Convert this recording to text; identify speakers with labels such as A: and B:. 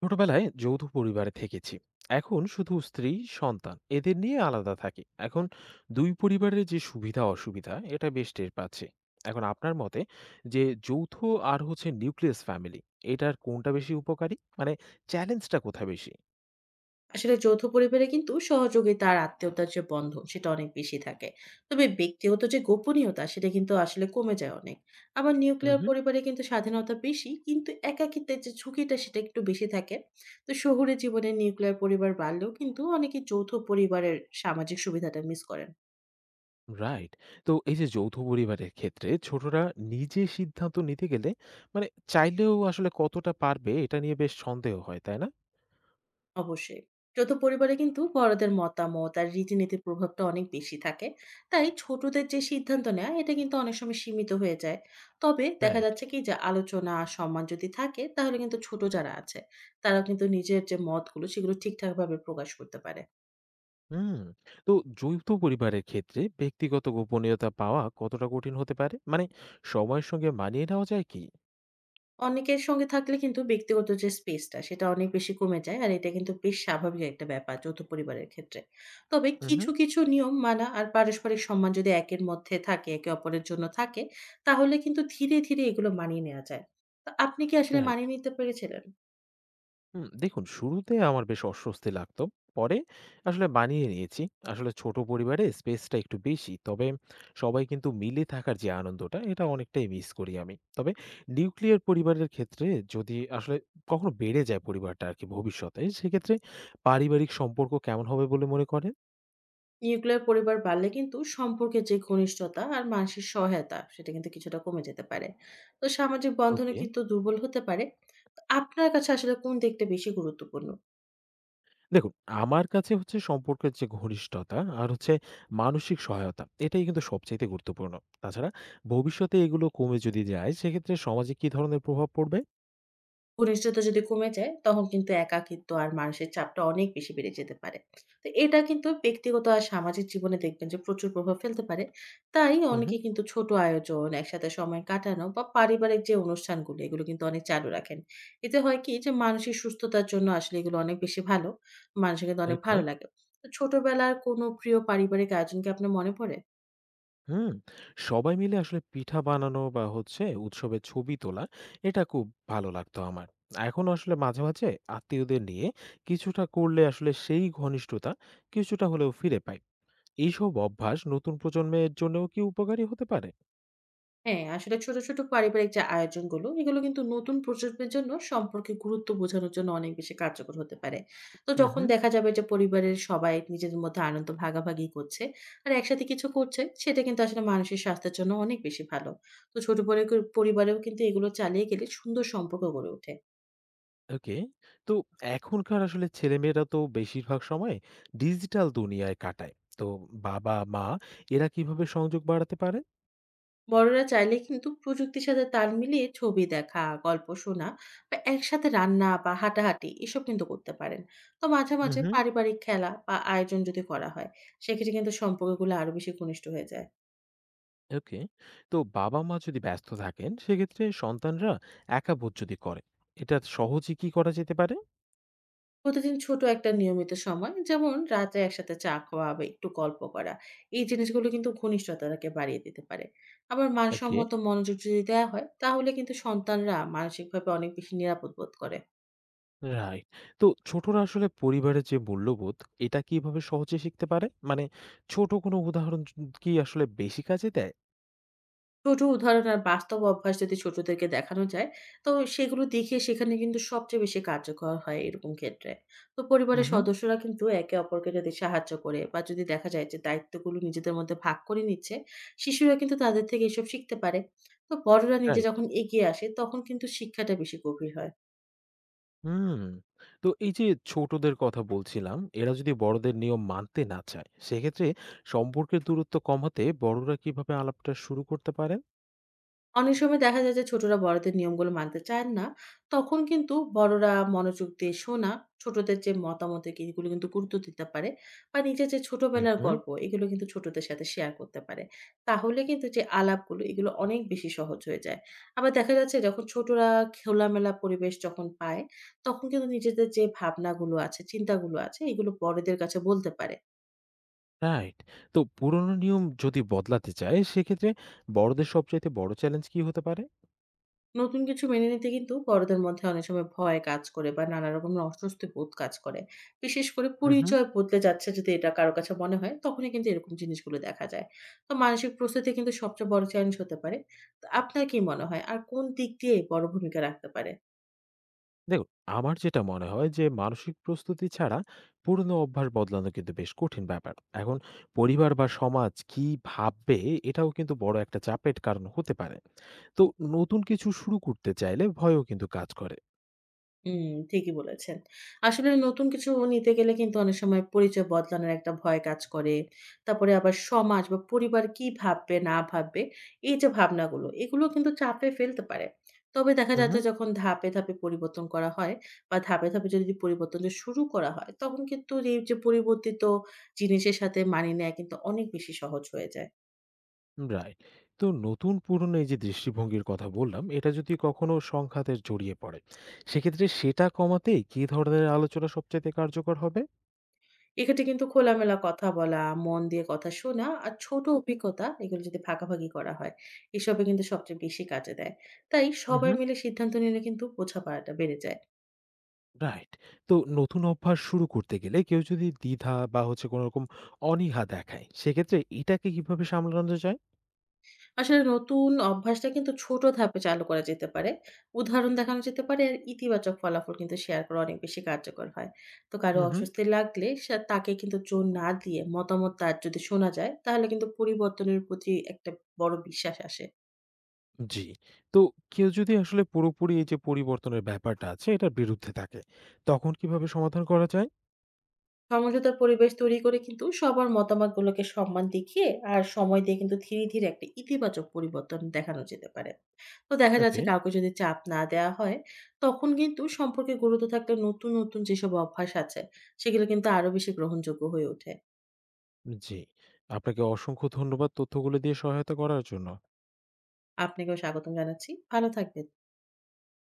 A: ছোটবেলায় যৌথ পরিবারে থেকেছি। এখন শুধু স্ত্রী সন্তান এদের নিয়ে আলাদা থাকি এখন। দুই পরিবারের যে সুবিধা অসুবিধা এটা বেশ টের পাচ্ছি। এখন আপনার মতে যে যৌথ আর হচ্ছে নিউক্লিয়াস ফ্যামিলি এটার কোনটা বেশি উপকারী, মানে, চ্যালেঞ্জটা কোথায় বেশি?
B: আসলে যৌথ পরিবারে কিন্তু সহযোগিতা আর আত্মীয়তার যে বন্ধন সেটা অনেক বেশি থাকে। তবে ব্যক্তিগত যে গোপনীয়তা সেটা কিন্তু আসলে কমে যায় অনেক। আবার নিউক্লিয়ার
A: হুম।
B: পরিবারে কিন্তু স্বাধীনতা বেশি কিন্তু একাকিত্বের যে ঝুঁকিটা সেটা একটু বেশি থাকে। তো শহুরে জীবনে নিউক্লিয়ার পরিবার বাড়লেও কিন্তু অনেকে যৌথ পরিবারের সামাজিক সুবিধাটা মিস করেন।
A: রাইট। তো এই যে যৌথ পরিবারের ক্ষেত্রে ছোটরা নিজে সিদ্ধান্ত নিতে গেলে, মানে, চাইলেও আসলে কতটা পারবে এটা নিয়ে বেশ সন্দেহ হয়, তাই না?
B: অবশ্যই। যৌথ পরিবারে কিন্তু বড়দের মতামত আর রীতিনীতির প্রভাবটা অনেক বেশি থাকে। তাই ছোটদের যে সিদ্ধান্ত নেয়া এটা কিন্তু অনেক সময় সীমিত হয়ে যায়। তবে দেখা
A: রাইট।
B: যাচ্ছে কি যে আলোচনা, আর সম্মান যদি থাকে তাহলে কিন্তু ছোট যারা আছে তারা কিন্তু নিজের যে মতগুলো সেগুলো ঠিকঠাকভাবে প্রকাশ করতে পারে।
A: হুম। তো যৌথ পরিবারের ক্ষেত্রে ব্যক্তিগত গোপনীয়তা পাওয়া কতটা কঠিন হতে পারে, মানে, সময়ের সঙ্গে মানিয়ে নেওয়া যায় কি?
B: অনেকের সঙ্গে থাকলে কিন্তু ব্যক্তিগত যে স্পেসটা সেটা অনেক বেশি কমে যায়। আর এটা কিন্তু বেশ স্বাভাবিক একটা ব্যাপার যৌথ পরিবারের ক্ষেত্রে। তবে
A: হুম, হুম।
B: কিছু নিয়ম মানা আর পারস্পরিক সম্মান যদি একের মধ্যে থাকে, একে অপরের জন্য থাকে, তাহলে কিন্তু ধীরে, ধীরে এগুলো মানিয়ে নেয়া যায়। তো আপনি কি আসলে
A: রাইট।
B: মানিয়ে নিতে পেরেছিলেন?
A: হুম, দেখুন, শুরুতে আমার বেশ অস্বস্তি লাগতো। পরে আসলে মানিয়ে নিয়েছি। আসলে ছোট পরিবারে স্পেসটা একটু বেশি। তবে সবাই কিন্তু মিলে থাকার যে আনন্দটা এটা অনেকটাই মিস করি আমি। তবে নিউক্লিয়ার পরিবারের ক্ষেত্রে যদি আসলে কখনো বেড়ে যায় পরিবারটা আর কি ভবিষ্যতে, সেক্ষেত্রে পারিবারিক সম্পর্ক কেমন হবে বলে মনে করেন?
B: নিউক্লিয়ার পরিবার বাড়লে কিন্তু সম্পর্কের যে ঘনিষ্ঠতা আর মানসিক সহায়তা সেটা কিন্তু কিছুটা কমে যেতে পারে। তো সামাজিক বন্ধনও
A: ওকে।
B: কিন্তু দুর্বল হতে পারে। আপনার কাছে আসলে কোন দিকটা বেশি গুরুত্বপূর্ণ?
A: দেখুন, আমার কাছে হচ্ছে সম্পর্কের যে ঘনিষ্ঠতা আর হচ্ছে মানসিক সহায়তা এটাই কিন্তু সবচাইতে গুরুত্বপূর্ণ। তাছাড়া, ভবিষ্যতে এগুলো কমে যদি যায় সেক্ষেত্রে সমাজে কি ধরনের প্রভাব পড়বে?
B: ঘনিষ্ঠতা যদি কমে যায়, তখন কিন্তু একাকিত্ব আর মানসিক চাপটা অনেক বেশি বেড়ে যেতে পারে। তো এটা কিন্তু ব্যক্তিগত আর সামাজিক জীবনে দেখবেন যে প্রচুর প্রভাব ফেলতে পারে। তাই
A: হুম,
B: অনেকে
A: হুম।
B: কিন্তু ছোট আয়োজন, একসাথে সময় কাটানো বা পারিবারিক যে অনুষ্ঠানগুলো, এগুলো কিন্তু অনেক চালু রাখেন। এতে হয় কি যে মানসিক সুস্থতার জন্য আসলে এগুলো অনেক বেশি ভালো। মানুষের কিন্তু অনেক
A: ওকে।
B: ভালো লাগে। তো ছোটবেলার কোনো প্রিয় পারিবারিক আয়োজন কি আপনার মনে পড়ে?
A: হুম, সবাই মিলে আসলে পিঠা বানানো বা হচ্ছে উৎসবের ছবি তোলা, এটা খুব ভালো লাগতো আমার। এখনো আসলে মাঝে, মাঝে আত্মীয়দের নিয়ে কিছুটা করলে আসলে সেই ঘনিষ্ঠতা কিছুটা হলেও ফিরে পাই। এইসব অভ্যাস নতুন প্রজন্মের জন্যও কি উপকারী হতে পারে?
B: হ্যাঁ, আসলে ছোট পারিবারিক যে আয়োজনগুলো, এগুলো কিন্তু নতুন প্রজন্মের জন্য সম্পর্কের গুরুত্ব বোঝানোর জন্য অনেক বেশি কার্যকর হতে পারে। তো যখন
A: উহু।
B: দেখা যাবে যে পরিবারের সবাই নিজেদের মধ্যে আনন্দ ভাগাভাগি করছে আর একসাথে কিছু করছে, সেটা কিন্তু আসলে মানসিক স্বাস্থ্যের জন্য অনেক বেশি ভালো। তো ছোট পরি পরিবারেও কিন্তু এগুলো চালিয়ে গেলে সুন্দর সম্পর্ক গড়ে ওঠে।
A: ওকে। তো এখনকার আসলে ছেলেমেয়েরা তো বেশিরভাগ সময় ডিজিটাল দুনিয়ায় কাটায়। তো বাবা-মা এরা কিভাবে সংযোগ বাড়াতে পারে?
B: বড়রা চাইলে কিন্তু প্রযুক্তির সাথে তাল মিলিয়ে ছবি দেখা, গল্প শোনা বা একসাথে রান্না বা হাঁটাহাঁটি এসব কিন্তু করতে পারেন। তো মাঝে, মাঝে
A: উহু।
B: পারিবারিক খেলা বা আয়োজন যদি করা হয়, সেক্ষেত্রে কিন্তু সম্পর্কগুলো আরো বেশি ঘনিষ্ঠ হয়ে যায়।
A: ওকে। তো বাবা-মা যদি ব্যস্ত থাকেন সেক্ষেত্রে সন্তানরা একা বোধ যদি করে, এটা সহজে কি করা যেতে পারে?
B: প্রতিদিন ছোট একটা নিয়মিত সময় যেমন রাতে একসাথে চা খাওয়া বা একটু গল্প করা, এই জিনিসগুলো কিন্তু ঘনিষ্ঠতাকে বাড়িয়ে দিতে পারে। আবার
A: ওকে,
B: মানসম্মত মনোযোগ যদি দেওয়া হয়, তাহলে কিন্তু সন্তানরা মানসিকভাবে অনেক বেশি নিরাপদ বোধ করে।
A: রাইট। তো ছোটরা আসলে পরিবারের যে মূল্যবোধ এটা কিভাবে সহজে শিখতে পারে? মানে, ছোট কোনো উদাহরণ কি আসলে বেশি কাজে দেয়?
B: ছোট উদাহরণ আর বাস্তব অভ্যাস যদি ছোটদেরকে দেখানো যায়, তো সেগুলো দেখে সেখানে কিন্তু সবচেয়ে বেশি কার্যকর হয় এরকম ক্ষেত্রে। তো পরিবারের
A: উহু।
B: সদস্যরা কিন্তু একে অপরকে যদি সাহায্য করে বা যদি দেখা যায় যে দায়িত্বগুলো নিজেদের মধ্যে ভাগ করে নিচ্ছে, শিশুরা কিন্তু তাদের থেকে এসব শিখতে পারে। তো বড়রা নিজে
A: রাইট।
B: যখন এগিয়ে আসে তখন কিন্তু শিক্ষাটা বেশি গভীর হয়।
A: হুম। তো এই যে ছোটদের কথা বলছিলাম, এরা যদি বড়দের নিয়ম মানতে না চায়, সেক্ষেত্রে সম্পর্কের দূরত্ব কমাতে বড়রা কিভাবে আলাপটা শুরু করতে পারেন?
B: অনেক সময় দেখা যায় যে ছোটরা বড়দের নিয়মগুলো মানতে চান না। তখন কিন্তু বড়রা মনোযোগ দিয়ে শোনা, ছোটদের যে মতামত এগুলো কিন্তু গুরুত্ব দিতে পারে বা নিজের যে ছোটবেলার
A: হুম।
B: গল্প এগুলো কিন্তু ছোটদের সাথে শেয়ার করতে পারে। তাহলে কিন্তু যে আলাপগুলো এগুলো অনেক বেশি সহজ হয়ে যায়। আবার দেখা যাচ্ছে যখন ছোটরা খোলামেলা পরিবেশ যখন পায়, তখন কিন্তু নিজেদের যে ভাবনাগুলো আছে, চিন্তাগুলো আছে এগুলো বড়দের কাছে বলতে পারে।
A: রাইট। তো পুরনো নিয়ম যদি বদলাতে চায়, সেক্ষেত্রে বড়দের সবচাইতে বড় চ্যালেঞ্জ কি হতে পারে?
B: নতুন কিছু মেনে নিতে কিন্তু বড়দের মধ্যে অনেক সময় ভয় কাজ করে বা নানা রকমের অস্বস্তি বোধ কাজ করে, বিশেষ করে
A: হুম,
B: পরিচয় বদলে যাচ্ছে যদি এটা কারো কাছে মনে হয় তখনই কিন্তু এরকম জিনিসগুলো দেখা যায়। তো মানসিক প্রস্তুতি কিন্তু সবচেয়ে বড় চ্যালেঞ্জ হতে পারে। তো আপনার কি মনে হয় আর কোন দিক দিয়ে বড় ভূমিকা রাখতে পারে?
A: দেখুন, আমার যেটা মনে হয় যে মানসিক প্রস্তুতি ছাড়া পুরনো অভ্যাস বদলানো কিন্তু বেশ কঠিন ব্যাপার। এখন পরিবার বা সমাজ কি ভাববে, এটাও কিন্তু বড় একটা চাপের কারণ হতে পারে। তো নতুন কিছু শুরু করতে চাইলে ভয়ও কিন্তু কাজ করে।
B: হুম, ঠিকই বলেছেন। আসলে নতুন কিছু নিতে গেলে কিন্তু অনেক সময় পরিচয় বদলানোর একটা ভয় কাজ করে। তারপরে আবার সমাজ বা পরিবার কি ভাববে না ভাববে, এই যে ভাবনাগুলো, এগুলো কিন্তু চাপে ফেলতে পারে। তবে দেখা
A: হুম।
B: যাচ্ছে যখন ধাপে, ধাপে পরিবর্তন করা হয় বা ধাপে, ধাপে যদি পরিবর্তনটা শুরু করা হয়, তখন কিন্তু এই যে পরিবর্তিত জিনিসের সাথে মানিয়ে নেয়া কিন্তু অনেক বেশি সহজ হয়ে যায়।
A: রাইট। তো নতুন পুরনো এই যে দৃষ্টিভঙ্গির কথা বললাম এটা যদি কখনো সংঘাতের জড়িয়ে পড়ে, সেক্ষেত্রে সেটা কমাতে কি ধরনের আলোচনা সবচাইতে কার্যকর হবে?
B: এক্ষেত্রে কিন্তু খোলামেলা কথা বলা, মন দিয়ে কথা শোনা আর ছোট অভিজ্ঞতা এগুলো যদি ভাগাভাগি করা হয়, এসবে কিন্তু সবচেয়ে বেশি কাজে দেয়। তাই
A: হুম।
B: সবাই মিলে সিদ্ধান্ত নিলে কিন্তু বোঝাপড়াটা বেড়ে যায়।
A: রাইট। তো নতুন অভ্যাস শুরু করতে গেলে কেউ যদি দ্বিধা বা হচ্ছে কোনো রকম অনীহা দেখায় সেক্ষেত্রে এটাকে কিভাবে সামলানো যায়?
B: আসলে নতুন অভ্যাসটা কিন্তু ছোট ধাপে চালু করা যেতে পারে। উদাহরণ দেখানো যেতে পারে আর ইতিবাচক ফলাফল কিন্তু শেয়ার করা অনেক বেশি কার্যকর হয়। তো কারো
A: হুম।
B: অস্বস্তি লাগলে সে তাকে কিন্তু জোর না দিয়ে মতামত তার যদি শোনা যায়, তাহলে কিন্তু পরিবর্তনের প্রতি একটা বড় বিশ্বাস আসে।
A: জি। তো কেউ যদি আসলে পুরোপুরি এই যে পরিবর্তনের ব্যাপারটা আছে এটার বিরুদ্ধে থাকে তখন কিভাবে সমাধান করা যায়?
B: সমঝোতার পরিবেশ তৈরি করে কিন্তু সবার মতামতগুলোকে সম্মান দেখিয়ে আর সময় দিয়ে কিন্তু ধীরে ধীরে একটা ইতিবাচক পরিবর্তন দেখানো যেতে পারে। তো দেখা
A: ওকে।
B: যাচ্ছে কাউকে যদি চাপ না দেয়া হয়, তখন কিন্তু সম্পর্কে গুরুত্ব থাকলে নতুন, নতুন যেসব অভ্যাস আছে, সেগুলো কিন্তু আরো বেশি গ্রহণযোগ্য হয়ে ওঠে।
A: জি। আপনাকে অসংখ্য ধন্যবাদ তথ্যগুলো দিয়ে সহায়তা করার জন্য।
B: আপনাকেও স্বাগতম জানাচ্ছি। ভালো থাকবেন।